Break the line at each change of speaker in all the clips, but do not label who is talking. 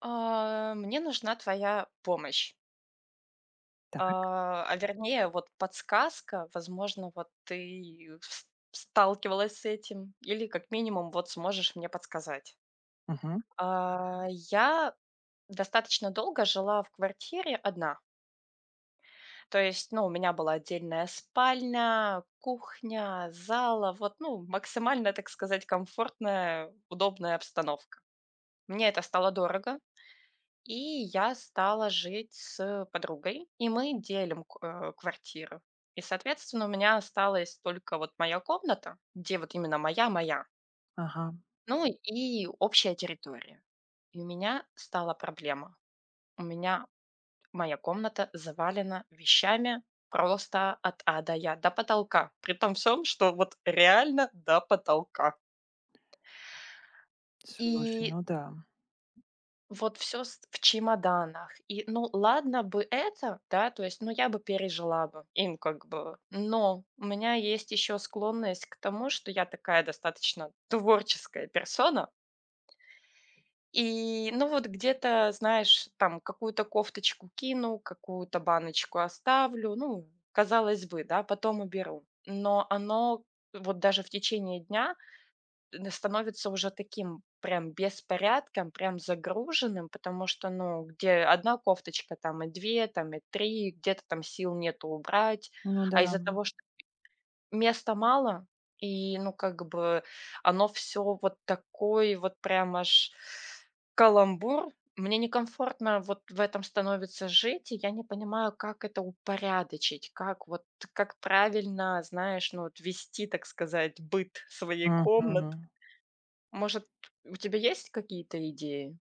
Мне нужна твоя помощь.
Так,
А вернее, вот подсказка, возможно, вот ты сталкивалась с этим, или как минимум вот сможешь мне подсказать.
мгм.
Я достаточно долго жила в квартире одна. То есть, ну, у меня была отдельная спальня, кухня, зала, вот, ну, максимально, так сказать, комфортная, удобная обстановка. Мне это стало дорого, и я стала жить с подругой, и мы делим квартиру. И, соответственно, у меня осталась только вот моя комната, где вот именно моя-моя,
Ага.
ну и общая территория. И у меня стала проблема. У меня моя комната завалена вещами просто от А до Я, до потолка. При том всем, что вот реально до потолка.
Слушай,
И
ну да.
вот все в чемоданах. И, ну, ладно бы это, да, то есть, ну, я бы пережила бы, им как бы. Но у меня есть еще склонность к тому, что я такая достаточно творческая персона. И, ну, вот где-то, знаешь, там какую-то кофточку кину, какую-то баночку оставлю, ну, казалось бы, да, потом уберу. Но оно вот даже в течение дня н становится уже таким прям беспорядком, прям загруженным, потому что, ну, где одна кофточка, там и 2, там и 3, где-то там сил нету убрать.
Ну да.
А из-за того, что места мало, и, ну, как бы оно все вот такой вот прям аж каламбур. Мне некомфортно вот в этом становится жить, и я не понимаю, как это упорядочить, как вот как правильно, знаешь, ну, вот вести, так сказать, быт своей комнаты.
Мгм.
Может, у тебя есть какие-то идеи?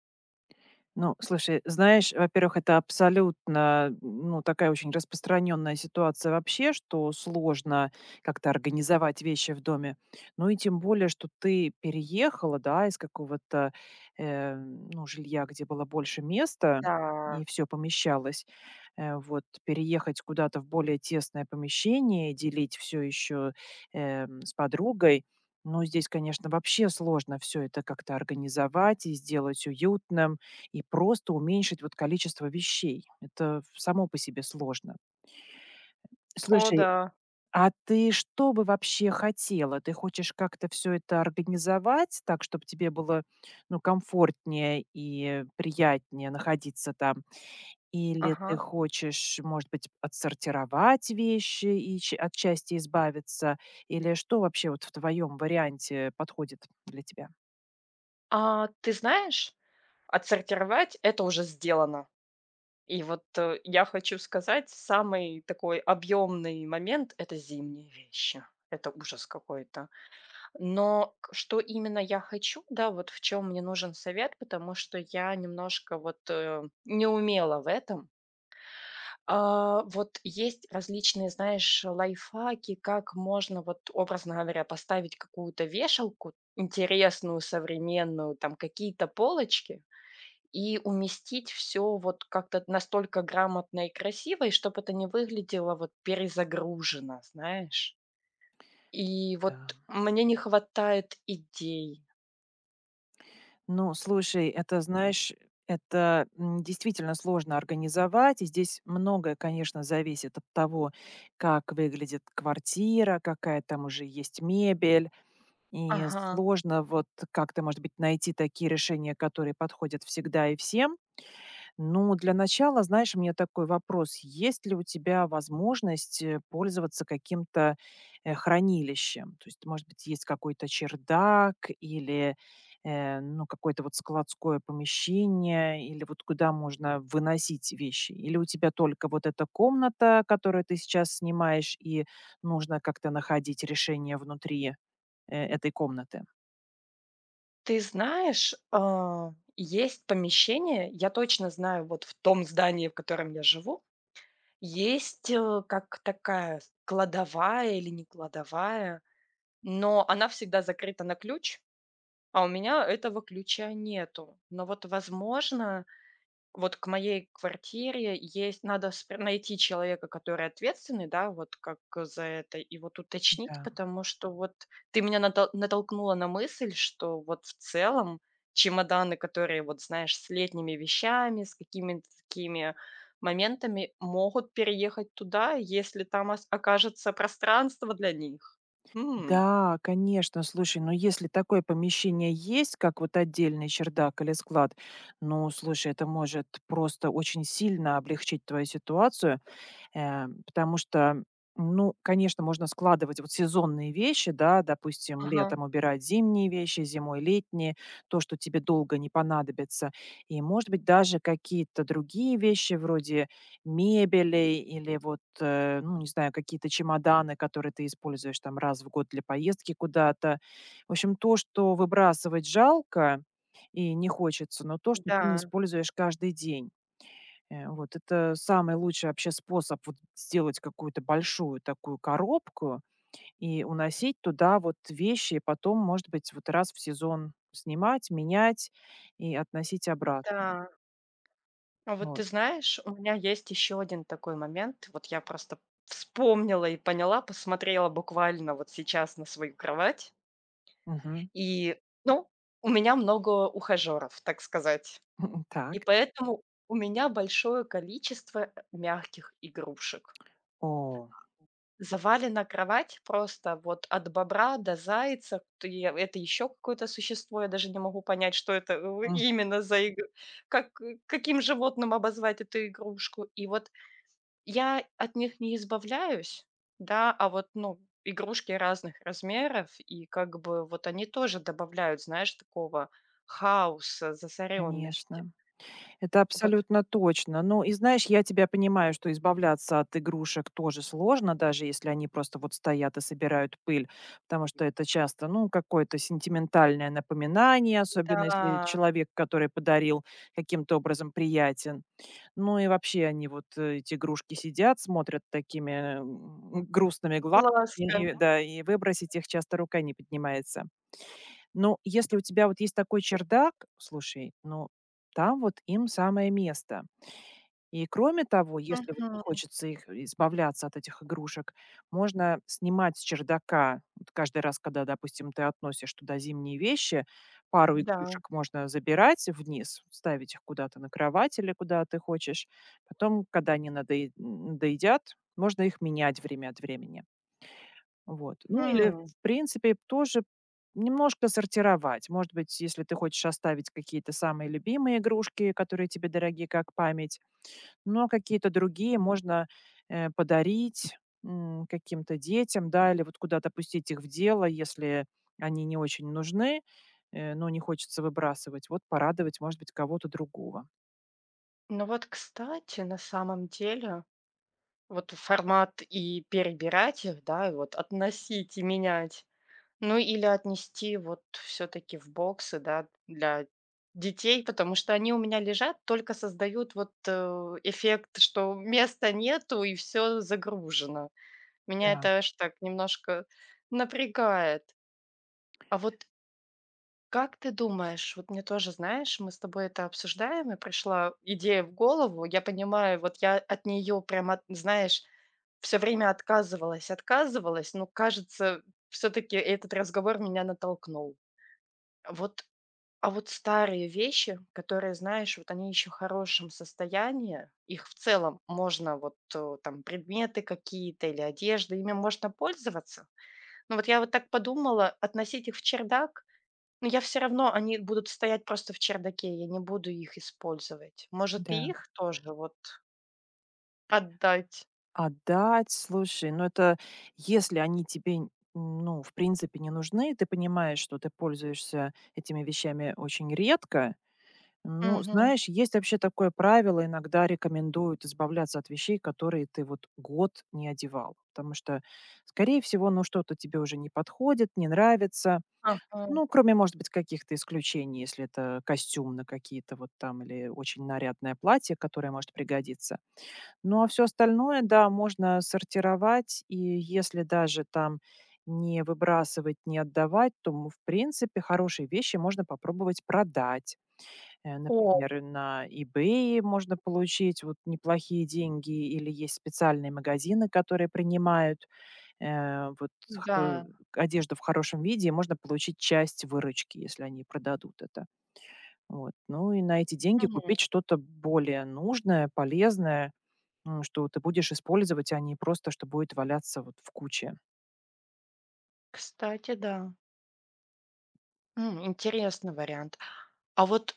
Ну, слушай, знаешь, во-первых, это абсолютно, ну, такая очень распространенная ситуация вообще, что сложно как-то организовать вещи в доме. Ну и тем более, что ты переехала, да, из какого-то, ну, жилья, где было больше места,
Да.
и все помещалось. Вот переехать куда-то в более тесное помещение, делить все еще с подругой. Ну, здесь, конечно, вообще сложно все это как-то организовать и сделать уютным и просто уменьшить вот количество вещей. Это само по себе сложно.
О
Слушай,
да.
а ты что бы вообще хотела? Ты хочешь как-то все это организовать так, чтобы тебе было, ну, комфортнее и приятнее находиться там? Или ты
Ага.
хочешь, может быть, отсортировать вещи и ч от части избавиться? Или что вообще вот в твоем варианте подходит для тебя?
А ты знаешь, отсортировать — это уже сделано. И вот, я хочу сказать, самый такой объемный момент — это зимние вещи. Это ужас какой-то. Но к что именно я хочу, да, вот в чем мне нужен совет, потому что я немножко вот, не умела в этом. Вот есть различные, знаешь, лайфхаки, как можно, вот, образно говоря, поставить какую-то вешалку интересную, современную, там какие-то полочки и уместить все вот как-то настолько грамотно и красиво, и чтобы это не выглядело вот перезагружено, знаешь. И вот
Да.
мне не хватает идей.
Ну, слушай, это, знаешь, это действительно сложно организовать, и здесь многое, конечно, зависит от того, как выглядит квартира, какая там уже есть мебель, и
Ага.
сложно вот как-то, может быть, найти такие решения, которые подходят всегда и всем. Ну, для начала, знаешь, у меня такой вопрос. Есть ли у тебя возможность пользоваться каким-то хранилищем? То есть, может быть, есть какой-то чердак или ну, какое-то вот складское помещение, или вот куда можно выносить вещи? Или у тебя только вот эта комната, которую ты сейчас снимаешь, и нужно как-то находить решение внутри этой комнаты?
Ты знаешь, есть помещение, я точно знаю, вот в том здании, в котором я живу, есть, как такая кладовая или не кладовая, но она всегда закрыта на ключ, а у меня этого ключа нету. Но вот, возможно, вот к моей квартире есть надо спр найти человека, который ответственный, да, вот как за это, и вот уточнить,
Да.
потому что вот ты меня натолкнула на мысль, что вот в целом чемоданы, которые, вот знаешь, с летними вещами, с какими-то такими моментами, могут переехать туда, если там ос окажется пространство для них. М.
Да, конечно, слушай, ну если такое помещение есть, как вот отдельный чердак или склад, ну, слушай, это может просто очень сильно облегчить твою ситуацию. Потому что, ну, конечно, можно складывать вот сезонные вещи, да, допустим,
Ага.
летом убирать зимние вещи, зимой летние, то, что тебе долго не понадобится. И, может быть, даже какие-то другие вещи вроде мебели или вот, ну, не знаю, какие-то чемоданы, которые ты используешь там раз в год для поездки куда-то. В общем, то, что выбрасывать жалко и не хочется, но то, что ты не
Да,
используешь каждый день. Вот это самый лучший вообще способ вот сделать какую-то большую такую коробку и уносить туда вот вещи, и потом, может быть, вот раз в сезон снимать, менять и относить обратно.
да. А вот ты
Вот.
знаешь, у меня есть еще один такой момент. Вот я просто вспомнила и поняла, посмотрела буквально вот сейчас на свою кровать.
Мгм.
И, ну, у меня много ухажеров, так сказать.
Так.
И поэтому у меня большое количество мягких игрушек.
О,
Завалена кровать просто вот от бобра до зайца. Это еще какое-то существо, я даже не могу понять, что это
м,
именно за игру, как, каким животным обозвать эту игрушку. И вот я от них не избавляюсь, да, а вот, ну, игрушки разных размеров, и как бы вот они тоже добавляют, знаешь, такого хаоса, засоренности.
конечно. Это
Вот,
абсолютно точно. Ну, и знаешь, я тебя понимаю, что избавляться от игрушек тоже сложно, даже если они просто вот стоят и собирают пыль, потому что это часто, ну, какое-то сентиментальное напоминание, особенно если
да,
человек, который подарил, каким-то образом приятен. Ну и вообще они вот, эти игрушки сидят, смотрят такими, грустными глазами, и
ласками.
да, и выбросить их часто рука не поднимается. Ну, если у тебя вот есть такой чердак, слушай, ну, там вот им самое место. И кроме того, если вот не
Мгм.
хочется их избавляться от этих игрушек, можно снимать с чердака. Вот каждый раз, когда, допустим, ты относишь туда зимние вещи, пару
Да.
игрушек можно забирать вниз, ставить их куда-то на кровать или куда ты хочешь. Потом, когда они надоедят, можно их менять время от времени. Вот. Ну или,
М.
в принципе, тоже немножко сортировать. Может быть, если ты хочешь оставить какие-то самые любимые игрушки, которые тебе дороги как память, но какие-то другие можно подарить каким-то детям, да, или вот куда-то пустить их в дело, если они не очень нужны, но не хочется выбрасывать. Вот порадовать, может быть, кого-то другого.
Ну вот, кстати, на самом деле, вот формат и перебирать их, да, и вот относить и менять. Ну, или отнести вот все таки в боксы, да, для детей, потому что они у меня лежат, только создают вот, эффект, что места нету и все загружено. Меня
Да,
это аж так немножко напрягает. А вот как ты думаешь, вот мне тоже, знаешь, мы с тобой это обсуждаем, и пришла идея в голову. Я понимаю, вот я от нее прям знаешь, все время отказывалась, но, кажется, все таки этот разговор меня натолкнул. Вот, а вот старые вещи, которые, знаешь, вот они еще в хорошем состоянии, их в целом можно вот там предметы какие-то или одежда, ими можно пользоваться. Но вот я вот так подумала, относить их в чердак, но я все равно, они будут стоять просто в чердаке, я не буду их использовать. Может, и
да.
их тоже вот отдать?
Отдать, слушай, ну это если они тебе, ну, в принципе, не нужны, ты понимаешь, что ты пользуешься этими вещами очень редко. Ну,
Мгм.
знаешь, есть вообще такое правило, иногда рекомендуют избавляться от вещей, которые ты вот год не одевал, потому что, скорее всего, ну, что-то тебе уже не подходит, не нравится.
Ага.
Ну, кроме, может быть, каких-то исключений, если это костюм на какие-то вот там или очень нарядное платье, которое может пригодиться. Ну, а все остальное, да, можно сортировать. И если даже там не выбрасывать, не отдавать, то, в принципе, хорошие вещи можно попробовать продать.
О,
Например, на "Ebay" можно получить вот неплохие деньги, или есть специальные магазины, которые принимают, вот х
да.
одежду в хорошем виде, и можно получить часть выручки, если они продадут это. Вот. Ну и на эти деньги
Мгм.
купить что-то более нужное, полезное. Ну, что ты будешь использовать, а не просто, что будет валяться вот в куче.
Кстати, да. М, интересный вариант. А вот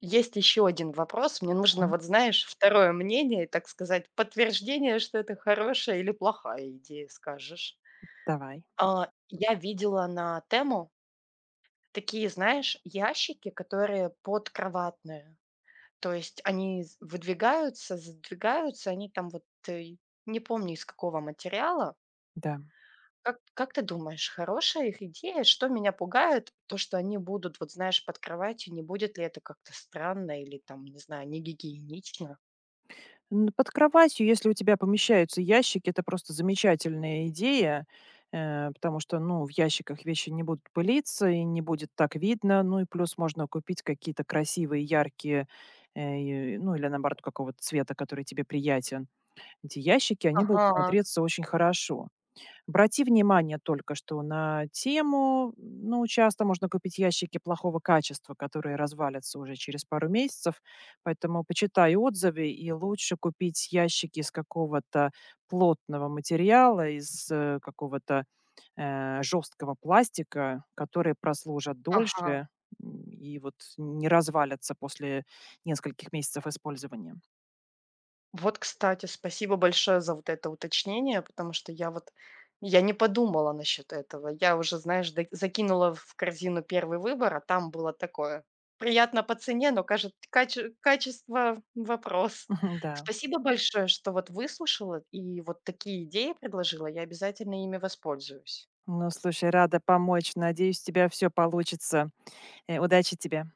есть еще один вопрос. Мне нужно,
Мгм.
вот знаешь, второе мнение, так сказать, подтверждение, что это хорошая или плохая идея, скажешь.
Давай,
Я видела на Тему такие, знаешь, ящики, которые подкроватные. То есть они з выдвигаются, задвигаются, они там вот, не помню из какого материала.
да.
Как ты думаешь, хорошая их идея? Что меня пугает? То, что они будут, вот знаешь, под кроватью. Не будет ли это как-то странно или там, не знаю, негигиенично?
Н Под кроватью, если у тебя помещаются ящики, это просто замечательная идея, потому что, ну, в ящиках вещи не будут пылиться и не будет так видно. Ну и плюс можно купить какие-то красивые, яркие, ну, или наоборот какого-то цвета, который тебе приятен. Эти ящики, они будут
Ага,
смотреться очень хорошо. Обрати внимание только что на тему. Ну, часто можно купить ящики плохого качества, которые развалятся уже через пару месяцев. Поэтому почитай отзывы и лучше купить ящики из какого-то плотного материала, из какого-то жесткого пластика, которые прослужат
ага.
дольше и вот не развалятся после нескольких месяцев использования.
Вот, кстати, спасибо большое за вот это уточнение, потому что я вот я не подумала насчет этого. Я уже, знаешь, да закинула в корзину первый выбор, а там было такое: приятно по цене, но кажет каче качество — вопрос.
Да.
Спасибо большое, что вот выслушала и вот такие идеи предложила. Я обязательно ими воспользуюсь.
Ну, слушай, рада помочь. Надеюсь, у тебя все получится. Удачи тебе.